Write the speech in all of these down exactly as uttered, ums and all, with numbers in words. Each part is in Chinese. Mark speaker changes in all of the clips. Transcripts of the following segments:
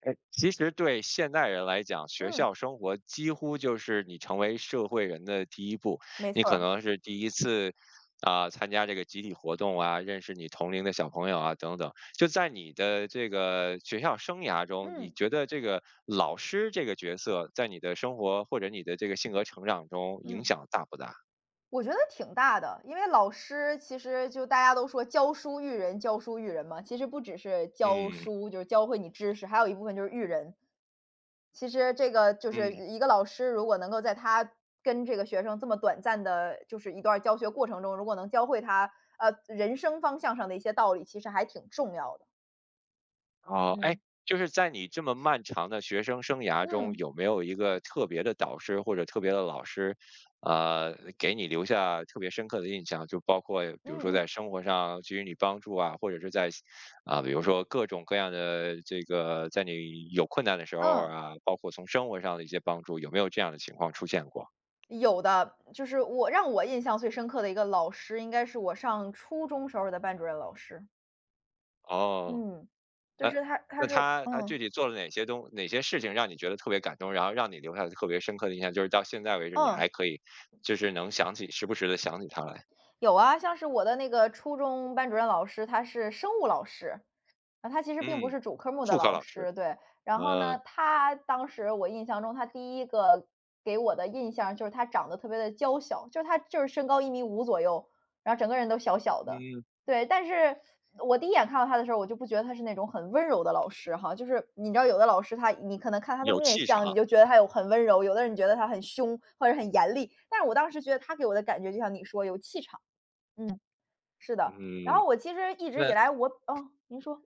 Speaker 1: 哎，其实对现代人来讲，学
Speaker 2: 嗯，
Speaker 1: 校生活几乎就是你成为社会人的第一步。
Speaker 2: 没
Speaker 1: 你
Speaker 2: 错
Speaker 1: 可
Speaker 2: 儿。
Speaker 1: 能是第一次啊、参加这个集体活动啊，认识你同龄的小朋友啊等等。就在你的这个学校生涯中，你
Speaker 2: 嗯
Speaker 1: 觉得这个老师这个角色在你的生活或者你的这个性格成长中影
Speaker 2: 嗯，
Speaker 1: 响大不大？
Speaker 2: 我觉得挺大的，因为老师其实就大家都说教书育人，教书育人嘛，其实不只是教
Speaker 1: 嗯。
Speaker 2: 书，就是教会你知识，还有一部分就是育人。其实这个就是
Speaker 1: 嗯。
Speaker 2: 一个老师，如果能够在他跟这个学生这么短暂的，就是一段教学过程中，如果能教会他呃人生方向上的一些道理，其实还挺重要的。
Speaker 1: 哦，哎，
Speaker 2: 嗯
Speaker 1: 就是在你这么漫长的学生生涯中，
Speaker 2: 嗯
Speaker 1: 有没有一个特别的导师或者特别的老师，呃，给你留下特别深刻的印象？就包括比如说
Speaker 2: 嗯嗯。
Speaker 1: 在生活上给予你帮助啊，或者是在啊、比如说各种各样的这个，在你有困难的时候
Speaker 2: 嗯。
Speaker 1: 啊，包括从生活上的一些帮助，有没有这样的情况出现过？
Speaker 2: 有的，就是我让我印象最深刻的一个老师，应该是我上初中时候的班主任老师。
Speaker 1: 哦。
Speaker 2: 嗯，就
Speaker 1: 呃，
Speaker 2: 是他他
Speaker 1: 那
Speaker 2: 是
Speaker 1: 他他具
Speaker 2: 嗯。
Speaker 1: 体做了哪些东哪些事情让你觉得特别感动，然后让你留下了特别深刻的印象，就是到现在为止你
Speaker 2: 嗯，
Speaker 1: 还可以就是能想起时不时的想起他来？
Speaker 2: 有啊，像是我的那个初中班主任老师，他是生物老师。啊，他其实并不
Speaker 1: 嗯。
Speaker 2: 是主科目
Speaker 1: 副
Speaker 2: 的
Speaker 1: 科
Speaker 2: 老
Speaker 1: 老师。
Speaker 2: 师，对。然后呢，
Speaker 1: 呃，
Speaker 2: 他当时我印象中，他第一个给我的印象就是他长得特别的娇小，就是他就是身高一米五左右，然后整个人都小小的。
Speaker 1: 嗯。
Speaker 2: 对，但是我第一眼看到他的时候，我就不觉得他是那种很温柔的老师哈，就是你知道有的老师他你可能看他的
Speaker 1: 有
Speaker 2: 面
Speaker 1: 气
Speaker 2: 相，你
Speaker 1: 场。
Speaker 2: 就觉得他有很温柔，有的人觉得他很凶或者很严厉，但是我当时觉得他给我的感觉就像你说有气场，嗯，是的。然
Speaker 1: 嗯。
Speaker 2: 后我其实一直以
Speaker 1: 那
Speaker 2: 来我哦，您说。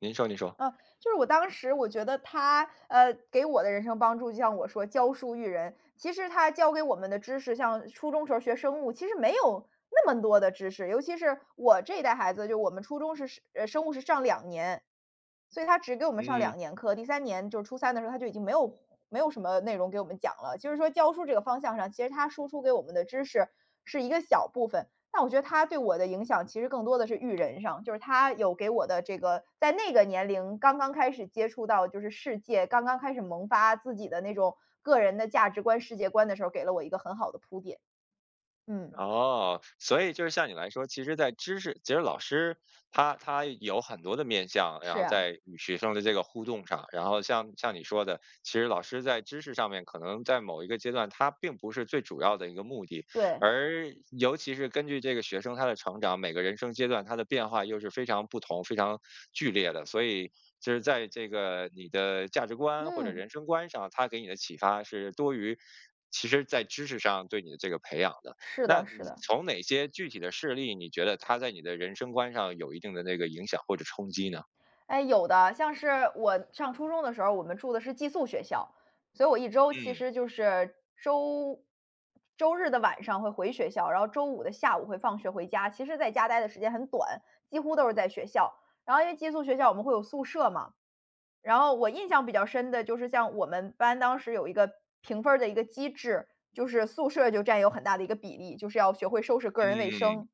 Speaker 1: 您说您说。
Speaker 2: 啊，就是我当时我觉得他，呃，给我的人生帮助，就像我说教书育人，其实他教给我们的知识，像初中时候学生物，其实没有那么多的知识，尤其是我这一代孩子，就我们初中是呃生物是上两年，所以他只给我们上
Speaker 1: 嗯。
Speaker 2: 两年课，第三年就是初三的时候他就已经没有没有什么内容给我们讲了。就是说教书这个方向上，其实他输出给我们的知识是一个小部分，但我觉得他对我的影响其实更多的是育人上，就是他有给我的这个在那个年龄刚刚开始接触到就是世界，刚刚开始萌发自己的那种个人的价值观、世界观的时候，给了我一个很好的铺垫。嗯，
Speaker 1: 哦，所以就是像你来说，其实在知识，其实老师他他有很多的面向，然
Speaker 2: 是
Speaker 1: 后
Speaker 2: 啊，
Speaker 1: 在与学生的这个互动上，然后像像你说的，其实老师在知识上面，可能在某一个阶段，他并不是最主要的一个目的，
Speaker 2: 对，
Speaker 1: 而尤其是根据这个学生他的成长，每个人生阶段他的变化又是非常不同、非常剧烈的，所以就是在这个你的价值观或者
Speaker 2: 嗯，
Speaker 1: 人生观上，他给你的启发是多于其实在知识上对你的这个培养的。
Speaker 2: 是
Speaker 1: 那
Speaker 2: 的是
Speaker 1: 你
Speaker 2: 的。
Speaker 1: 从哪些具体的事例，你觉得它在你的人生观上有一定的那个影响或者冲击呢？
Speaker 2: 哎，有的，像是我上初中的时候，我们住的是寄宿学校，所以我一周其
Speaker 1: 嗯。
Speaker 2: 实就是周周日的晚上会回学校，然后周五的下午会放学回家。其实在家待的时间很短，几乎都是在学校。然后因为寄宿学校我们会有宿舍嘛，然后我印象比较深的就是像我们班当时有一个评分儿的一个机制，就是宿舍就占有很大的一个比例，就是要学会收拾个人卫
Speaker 1: 嗯，
Speaker 2: 生。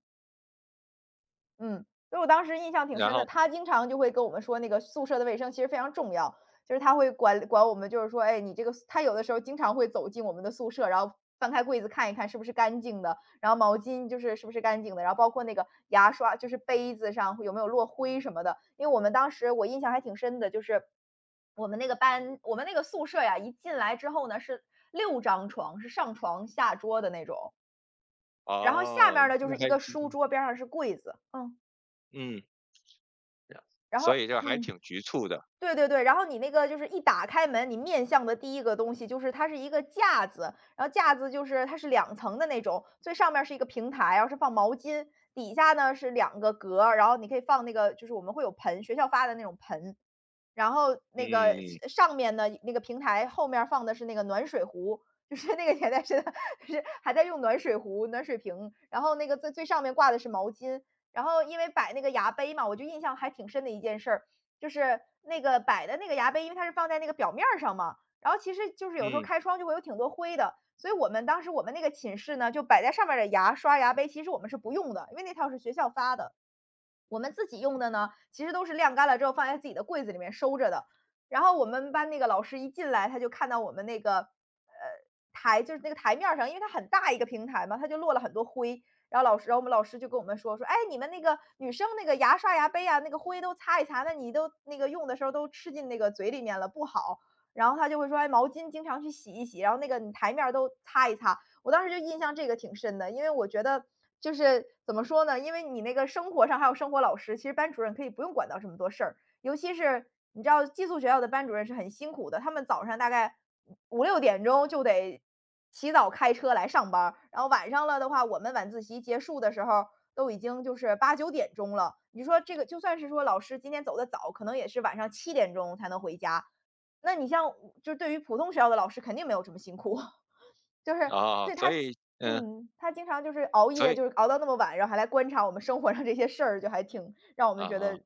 Speaker 2: 嗯，所以我当时印象挺
Speaker 1: 然
Speaker 2: 深的，
Speaker 1: 后。
Speaker 2: 他经常就会跟我们说那个宿舍的卫生其实非常重要，就是他会管管我们，就是说，哎，你这个宿他有的时候经常会走进我们的宿舍，然后翻开柜子看一看是不是干净的，然后毛巾就是是不是干净的，然后包括那个牙刷，就是杯子上会有没有落灰什么的。因为我们当时我印象还挺深的，就是我们那个班，我们那个宿舍呀，一进来之后呢是六张床，是上床下桌的那种，然后
Speaker 1: 哦，
Speaker 2: 下面呢就
Speaker 1: 那
Speaker 2: 是一
Speaker 1: 还
Speaker 2: 个
Speaker 1: 挺。
Speaker 2: 书桌，边上是柜子。嗯，
Speaker 1: 嗯。
Speaker 2: 然后
Speaker 1: 所以就还
Speaker 2: 嗯，
Speaker 1: 挺局促的。
Speaker 2: 对对对，然后你那个就是一打开门，你面向的第一个东西就是它是一个架子，然后架子就是它是两层的那种，最上面儿是一个平台，然后是放毛巾，底下呢是两个格儿，然后你可以放那个就是我们会有盆，学校发的那种盆，然后
Speaker 1: 嗯。
Speaker 2: 那个
Speaker 1: 嗯。
Speaker 2: 是上面呢那个平台后面儿放的是那个暖水壶。就是那个年代是 是还在用暖水壶、暖水瓶，然后那个最最上面挂的是毛巾，然后因为摆那个牙杯嘛，我就印象还挺深的一件事儿，就是那个摆的那个牙杯，因为它是放在那个表面儿上嘛，然后其实就是有时候
Speaker 1: 嗯。
Speaker 2: 开窗就会有挺多灰的，所以我们当时我们那个寝室呢，就摆在上面儿的牙刷、牙杯，其实我们是不用的，因为那套是学校发的。我们自己用的呢，其实都是晾干了之后放在自己的柜子里面收着的。然后我们班那个老师一进来，他就看到我们那个呃台，就是那个台面上，因为它很大一个平台嘛，它就落了很多灰。然后老师，然后我们老师就跟我们说说，哎，你们那个女生那个牙刷、牙杯啊，那个灰都擦一擦，那你都那个用的时候都吃进那个嘴里面了，不好。然后他就会说，哎，毛巾经常去洗一洗，然后那个你台面都擦一擦。我当时就印象这个挺深的，因为我觉得就是怎么说呢，因为你那个生活上还有生活老师，其实班主任可以不用管到这么多事儿，尤其是你知道寄宿学校的班主任是很辛苦的，他们早上大概五六点钟就得起早开车来上班儿，然后晚上了的话，我们晚自习结束的时候都已经就是八九点钟了。你说这个就算是说老师今天走的早，可能也是晚上七点钟才能回家。那你像就是对于普通学校的老师，肯定没有这么辛苦。就是所
Speaker 1: 哦，
Speaker 2: 以他
Speaker 1: 所以嗯，
Speaker 2: 嗯，他经常就是熬
Speaker 1: 所
Speaker 2: 夜，就
Speaker 1: 以
Speaker 2: 是熬到那么晚，然后还来观察我们生活上这些事儿，就还挺让我们
Speaker 1: 啊啊。
Speaker 2: 觉
Speaker 1: 哦，
Speaker 2: 得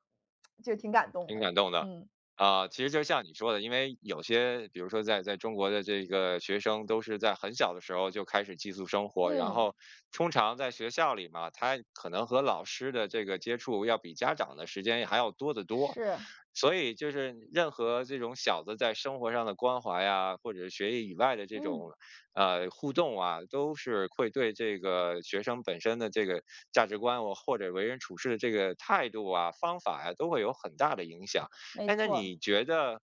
Speaker 2: 就挺感动
Speaker 1: 挺
Speaker 2: 的。
Speaker 1: 感动的。
Speaker 2: 嗯。
Speaker 1: 啊，其实就像你说的，因为有些，比如说在在中国的这个学生，都是在很小的时候就开始寄宿生活，然
Speaker 2: 嗯，
Speaker 1: 后通常在学校里嘛，他可能和老师的这个接触要比家长的时间还要多得多，
Speaker 2: 是，
Speaker 1: 所以就是任何这种小的在生活上的关怀呀，或者学业以外的这
Speaker 2: 嗯，
Speaker 1: 种呃互动啊，都是会对这个学生本身的这个价值观哦或或者为人处事的这个态度啊、方法呀、都会有很大的影响。
Speaker 2: 没
Speaker 1: 哎，那
Speaker 2: 错儿，
Speaker 1: 你觉得，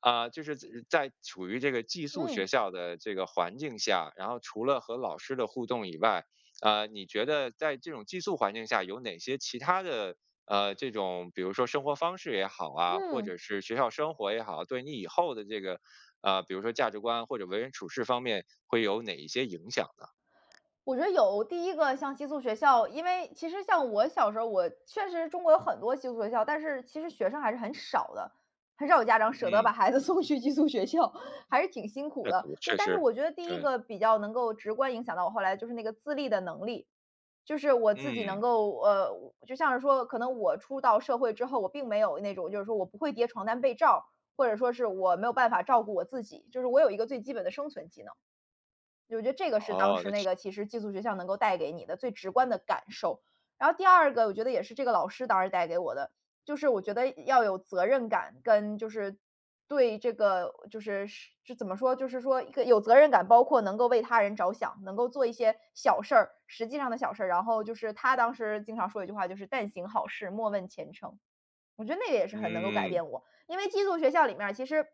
Speaker 1: 啊、就是在在处于这个寄宿学
Speaker 2: 嗯，
Speaker 1: 校的这个环境下，然后除了和老师的互动以外，呃，你觉得在这种寄宿环境下有哪些其他的呃这种，比如说生活方式也好啊，或者
Speaker 2: 嗯，
Speaker 1: 是学校生活也好，对你以后的这个啊，比如说价值观或者为人处事方面会有哪一些影响呢？
Speaker 2: 我觉得有。第一个像寄宿学校，因为其实像我小时候，我确实中国有很多寄宿学校，但是其实学生还是很少的，很少有家长舍得把
Speaker 1: 嗯，
Speaker 2: 孩子 送去寄宿学校，还是挺辛苦
Speaker 1: 那
Speaker 2: 的。
Speaker 1: 股
Speaker 2: 对，
Speaker 1: 确
Speaker 2: 但是
Speaker 1: 实。
Speaker 2: 我觉得第一
Speaker 1: 对。
Speaker 2: 个比较能够直观影响到我后来就是那个自立的能力，就是我自己
Speaker 1: 嗯。
Speaker 2: 能够呃，就像是说可能我出到社会之后，我并没有那种就是说我不会叠床单被罩，或者说是我没有办法照顾我自己，就是我有一个最基本的生存技能。我觉得这个是当
Speaker 1: 哦，那
Speaker 2: 时那
Speaker 1: 确。
Speaker 2: 个其实寄宿学校能够带给你的最直观的感受。然后第二个我觉得也是这个老师当时带给我的，就是我觉得要有责任感跟就是对这个就是是就怎么说，就是说一个有责任感，包括能够为他人着想，能够做一些小事儿，实际上的小事儿。然后就是他当时经常说一句话，就是"但行好事，莫问前程"。我觉得那个也是很能够改
Speaker 1: 嗯，
Speaker 2: 变我，因为寄宿学校里面儿其实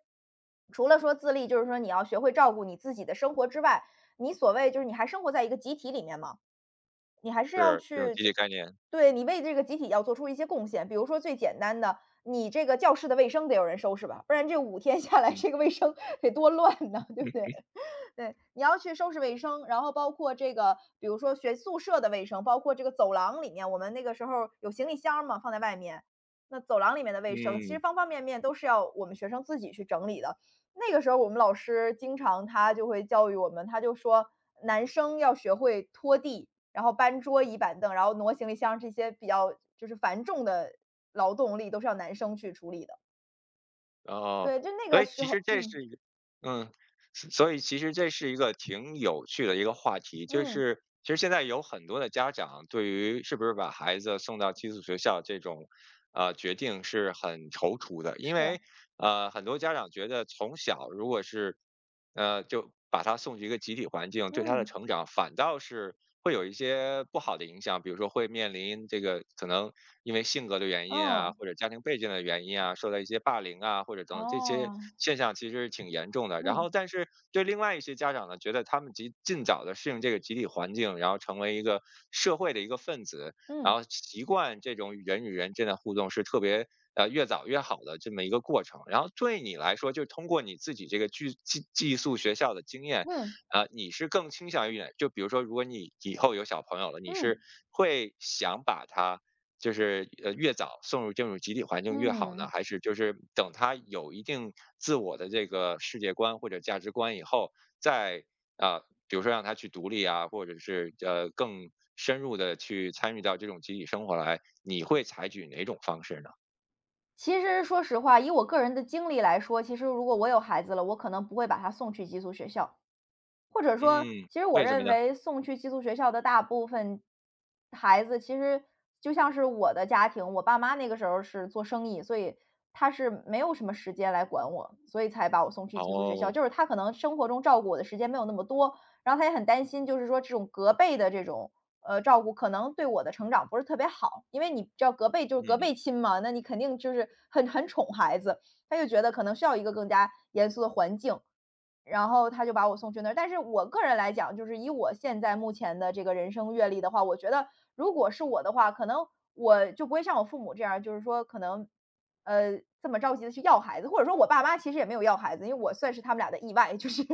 Speaker 2: 除了说自立，就是说你要学会照顾你自己的生活之外，你所谓就是你还生活在一个集体里面嘛，你还是要
Speaker 1: 是这种
Speaker 2: 去
Speaker 1: 集
Speaker 2: 这
Speaker 1: 体概念。
Speaker 2: 对，你为这个集体要做出一些贡献。比如说最简单的，你这个教室的卫生得有人收拾吧，不然这五天下来
Speaker 1: 嗯。
Speaker 2: 这个卫生 得多乱呐，对不对？
Speaker 1: 嗯。
Speaker 2: 对，你要去收拾卫生，然后包括这个，比如说学宿舍的卫生，包括这个走廊里面，我们那个时候有行李箱嘛，放在外面，那走廊里面的卫生，其实
Speaker 1: 嗯。
Speaker 2: 方方面面都是要我们学生自己去整理的。那个时候我们老师经常他就会教育我们，他就说男生要学会拖地，然后搬桌椅板凳，然后挪行李箱这些比较就是繁重的劳动力都是要男生去处理的。
Speaker 1: 哦，
Speaker 2: 对，就那
Speaker 1: 所
Speaker 2: 个
Speaker 1: 以
Speaker 2: 时
Speaker 1: 其实
Speaker 2: 候，
Speaker 1: 这
Speaker 2: 嗯
Speaker 1: 是一个，嗯，所所以其实这是一个挺有趣的一个话题，就
Speaker 2: 嗯，
Speaker 1: 是其实现在有很多的家长对于是不是把孩子送到寄宿学校这种，呃，决定是很踌躇的，因
Speaker 2: 是，
Speaker 1: 为呃，很多家长觉得从小如果是，呃，就把他送去一个集体环境，对他的
Speaker 2: 嗯
Speaker 1: 成长反倒是会有一些不好的影响，比如说会面临这个可能因为性格的原因啊，
Speaker 2: 嗯。
Speaker 1: 或者家庭背景的原因啊，受到一些霸凌啊，或者等等这些
Speaker 2: 哦，
Speaker 1: 现象其实挺严重的。然
Speaker 2: 嗯，
Speaker 1: 后，但是对另外一些家长呢，觉得他们及尽早的适应这个集体环境，然后成为一个社会的一个分子，然
Speaker 2: 嗯，
Speaker 1: 后习惯这种人与人之间的互动是特别呃越早越好的这么一个过程。然后对你来说，就是通过你自己这个寄寄寄宿学校的经验，
Speaker 2: 嗯，
Speaker 1: 呃，你是更倾向于哪？就比如说，如果你以后有小朋友了，你是
Speaker 2: 嗯，
Speaker 1: 会想把他。就是呃越早送入进入集体环境越好呢，
Speaker 2: 嗯。
Speaker 1: 还是就是等他有一定自我的这个世界观或者价值观以后，再啊，比如说让他去独立啊，或者是呃更深入的去参与到这种集体生活来，你会采取哪种方式呢？
Speaker 2: 其实说实话，以我个人的经历来说，其实如果我有孩子了，我可能不会把他送去寄宿学校。或者说，
Speaker 1: 嗯，
Speaker 2: 其实我
Speaker 1: 为什么
Speaker 2: 认
Speaker 1: 呢？
Speaker 2: 为送去寄宿学校的大部分孩子，其实就像是我的家庭，我爸妈那个时候是做生意，所以他是没有什么时间来管我，所以才把我送去寄宿学校。
Speaker 1: 哦。
Speaker 2: 就是他可能生活中照顾我的时间没有那么多，然后他也很担心，就是说这种隔辈的这种呃照顾，可能对我的成长不是特别好，因为你知道隔辈就是隔
Speaker 1: 嗯。
Speaker 2: 辈亲嘛，那你肯定就是很很宠孩子，他就觉得可能需要一个更加严肃的环境。然后他就把我送去那儿。但是我个人来讲，就是以我现在目前的这个人生阅历的话，我觉得如果是我的话，可能我就不会像我父母这样就是说可能，呃，这么着急的去要孩子，或者说我爸妈其实也没有要孩子，因为我算是他们俩的意外，就是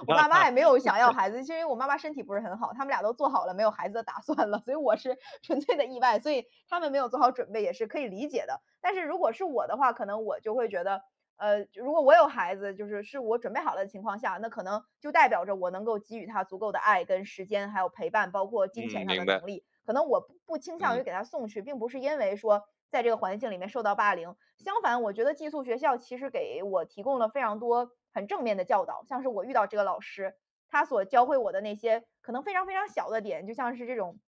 Speaker 2: 我
Speaker 1: 哈
Speaker 2: 爸妈
Speaker 1: 哈。
Speaker 2: 也没有想要孩子，是因为我妈妈身体不是很好，他们俩都做好了没有孩子的打算了，所以我是 纯粹的意外，所以他们没有做好准备也是可以理解的。但是如果是我的话，可能我就会觉得，呃，如果我有孩子，就是是我准备好了的情况下，那可能就代表着我能够给予他足够的爱跟时间，还有陪伴，包括金
Speaker 1: 嗯，
Speaker 2: 钱上
Speaker 1: 明
Speaker 2: 的
Speaker 1: 白。
Speaker 2: 能力。可能我不不倾向
Speaker 1: 嗯。
Speaker 2: 于给他送去，并不是因为说在这个环境里面受到霸凌。相反，我觉得寄宿学校其实给我提供了非常多很正面的教导，像是我遇到这个老师，他所教会我的那些可能非常非常小的点，就像是这种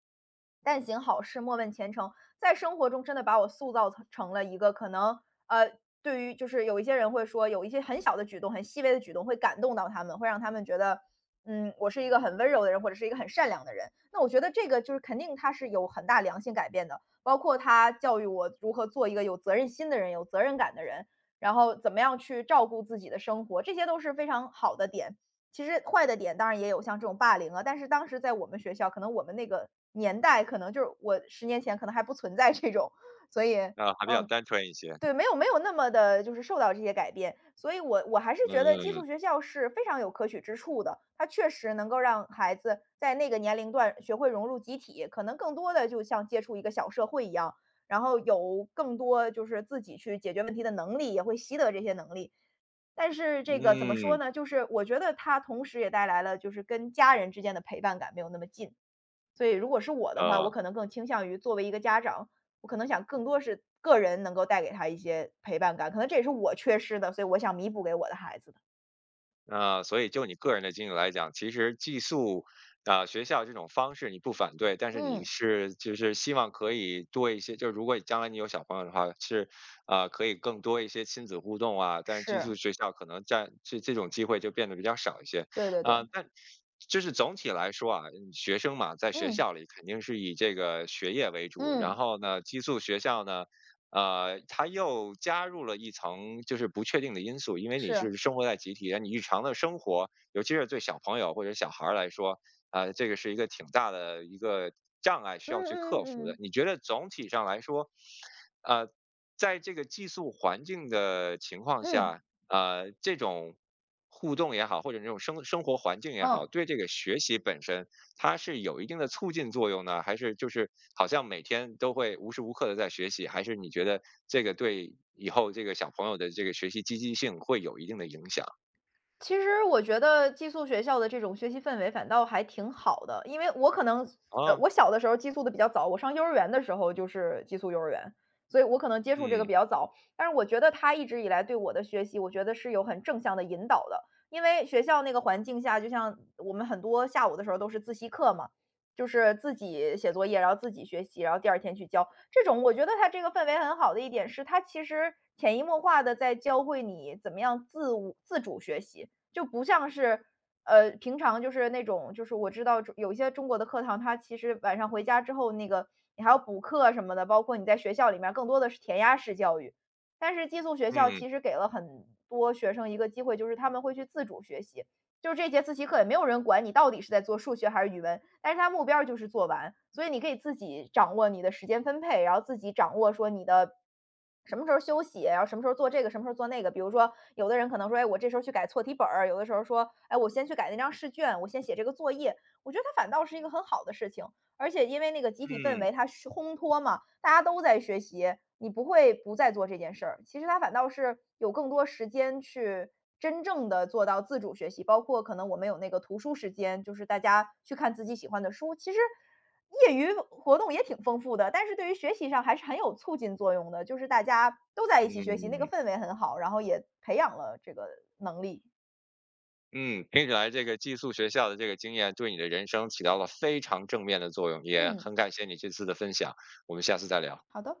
Speaker 2: 但行好事，莫问前程，在生活中真的把我塑造成成了一个可能呃，对于就是有一些人会说，有一些很小的举动、很细微的举动会感动到他们，会让他们觉得，嗯，我是一个很温柔的人，或者是一个很善良的人。那我觉得这个就是肯定他是有很大良性改变的，包括他教育我如何做一个有责任心的人、有责任感的人，然后怎么样去照顾自己的生活，这些都是非常好的点。其实坏的点当然也有，像这种霸凌啊，但是当时在我们学校，可能我们那个年代，可能就是我十年前可能还不存在这种，所以
Speaker 1: 啊，还比较单纯一些。
Speaker 2: 对，没有没有那么的，就是受到这些改变，所以我我还是觉得寄
Speaker 1: 嗯。
Speaker 2: 宿学校是非常有可取之处的。它确实能够让孩子在那个年龄段学会融入集体，可能更多的就像接触一个小社会一样，然后有更多就是自己去解决问题的能力，也会习得这些能力。但是这个怎么说
Speaker 1: 嗯。
Speaker 2: 呢，就是我觉得它同时也带来了就是跟家人之间的陪伴感没有那么近。所以如果是我的话，我
Speaker 1: 呃。
Speaker 2: 可能更倾向于作为一个家长，我可能想更多是个人能够带给他一些陪伴感，可能这也是我缺失的，所以我想弥补给我的孩子的。
Speaker 1: 呃，所以就你个人的经历来讲，其实寄宿啊、学校这种方式你不反对，但是你
Speaker 2: 嗯，
Speaker 1: 是就是希望可以多一些，就是如果将来你有小朋友的话，是啊、呃可以更多一些亲子互动啊，但是寄宿
Speaker 2: 是，
Speaker 1: 学校可能占这这种机会就变得比较少一些
Speaker 2: 对对对，
Speaker 1: 啊、呃但就是总体来说啊，嗯学生嘛，在学
Speaker 2: 嗯
Speaker 1: 校里肯定是以这个学业为主，然
Speaker 2: 嗯，
Speaker 1: 后呢，寄宿学校呢。呃，它又加入了一层就是不确定的因素，因为你是
Speaker 2: 是，
Speaker 1: 生活在集体，你日常的生活，尤其是对小朋友或者小孩儿来说，呃，这个是一个挺大的一个障碍需
Speaker 2: 嗯
Speaker 1: 要去克
Speaker 2: 嗯
Speaker 1: 服的。
Speaker 2: 嗯
Speaker 1: 你觉得总体上来说，呃，在这个寄宿环境的情况
Speaker 2: 嗯
Speaker 1: 下，呃，这种互动也好，或者这种生生活环境也好，
Speaker 2: 嗯。
Speaker 1: 对这个学习本身，它是有一定的促进作用呢？还是就是好像每天都会无时无刻的在学习？还是你觉得这个对以后这个小朋友的这个学习积极性会有一定的影响
Speaker 2: 其实我觉得寄宿学校的这种学习氛围反倒还挺好的，因为我可能，呃，
Speaker 1: 啊？
Speaker 2: 我小的时候寄宿的比较早，我上幼儿园的时候就是寄宿幼儿园，所以我可能接触这个
Speaker 1: 嗯。
Speaker 2: 比较早。但是我觉得他一直以来对我的学习，我觉得是有很正向的引导的，因为学校那个环境下，就像我们很多下午的时候都是自习课嘛，就是自己写作业，然后自己学习，然后第二天去交。这种我觉得他这个氛围很好的一点是，他其实潜移默化的在教会你怎么样自我自主学习。就不像是，呃，平常就是那种就是我知道中有一些中国的课堂，它其实晚上回家之后，那个你还要补课什么的，包括你在学校里面更多的是填鸭式教育。但是寄宿学校
Speaker 1: 嗯。
Speaker 2: 其实给了很多学生一个机会，就是他们会去自主学习。就是这节自习课也没有人管你到底是在做数学还是语文，但是他目标就是做完，所以你可以自己掌握你的时间分配，然后自己掌握说你的什么时候休息，然后什么时候做这个，什么时候做那个。比如说，有的人可能说，哎，我这时候去改错题本儿；有的时候说，哎，我先去改那张试卷，我先写这个作业。我觉得它反倒是一个很好的事情，而且因为那个集体氛围，
Speaker 1: 嗯。
Speaker 2: 它是烘托嘛，大家都在学习，你不会不再做这件事儿。其实它反倒是有更多时间去真正的做到自主学习，包括可能我们有那个图书时间，就是大家去看自己喜欢的书。其实业余活动也挺丰富的，但是对于学习上还是很有促进作用的。就是大家都在一起学习，那个
Speaker 1: 嗯。
Speaker 2: 氛围很好，然后也培养了这个能力。
Speaker 1: 嗯，听起来这个寄宿学校的这个经验对你的人生起到了非常正面的作用，也
Speaker 2: 嗯，
Speaker 1: 很感谢你这次的分享，我们下次再聊。
Speaker 2: 好的。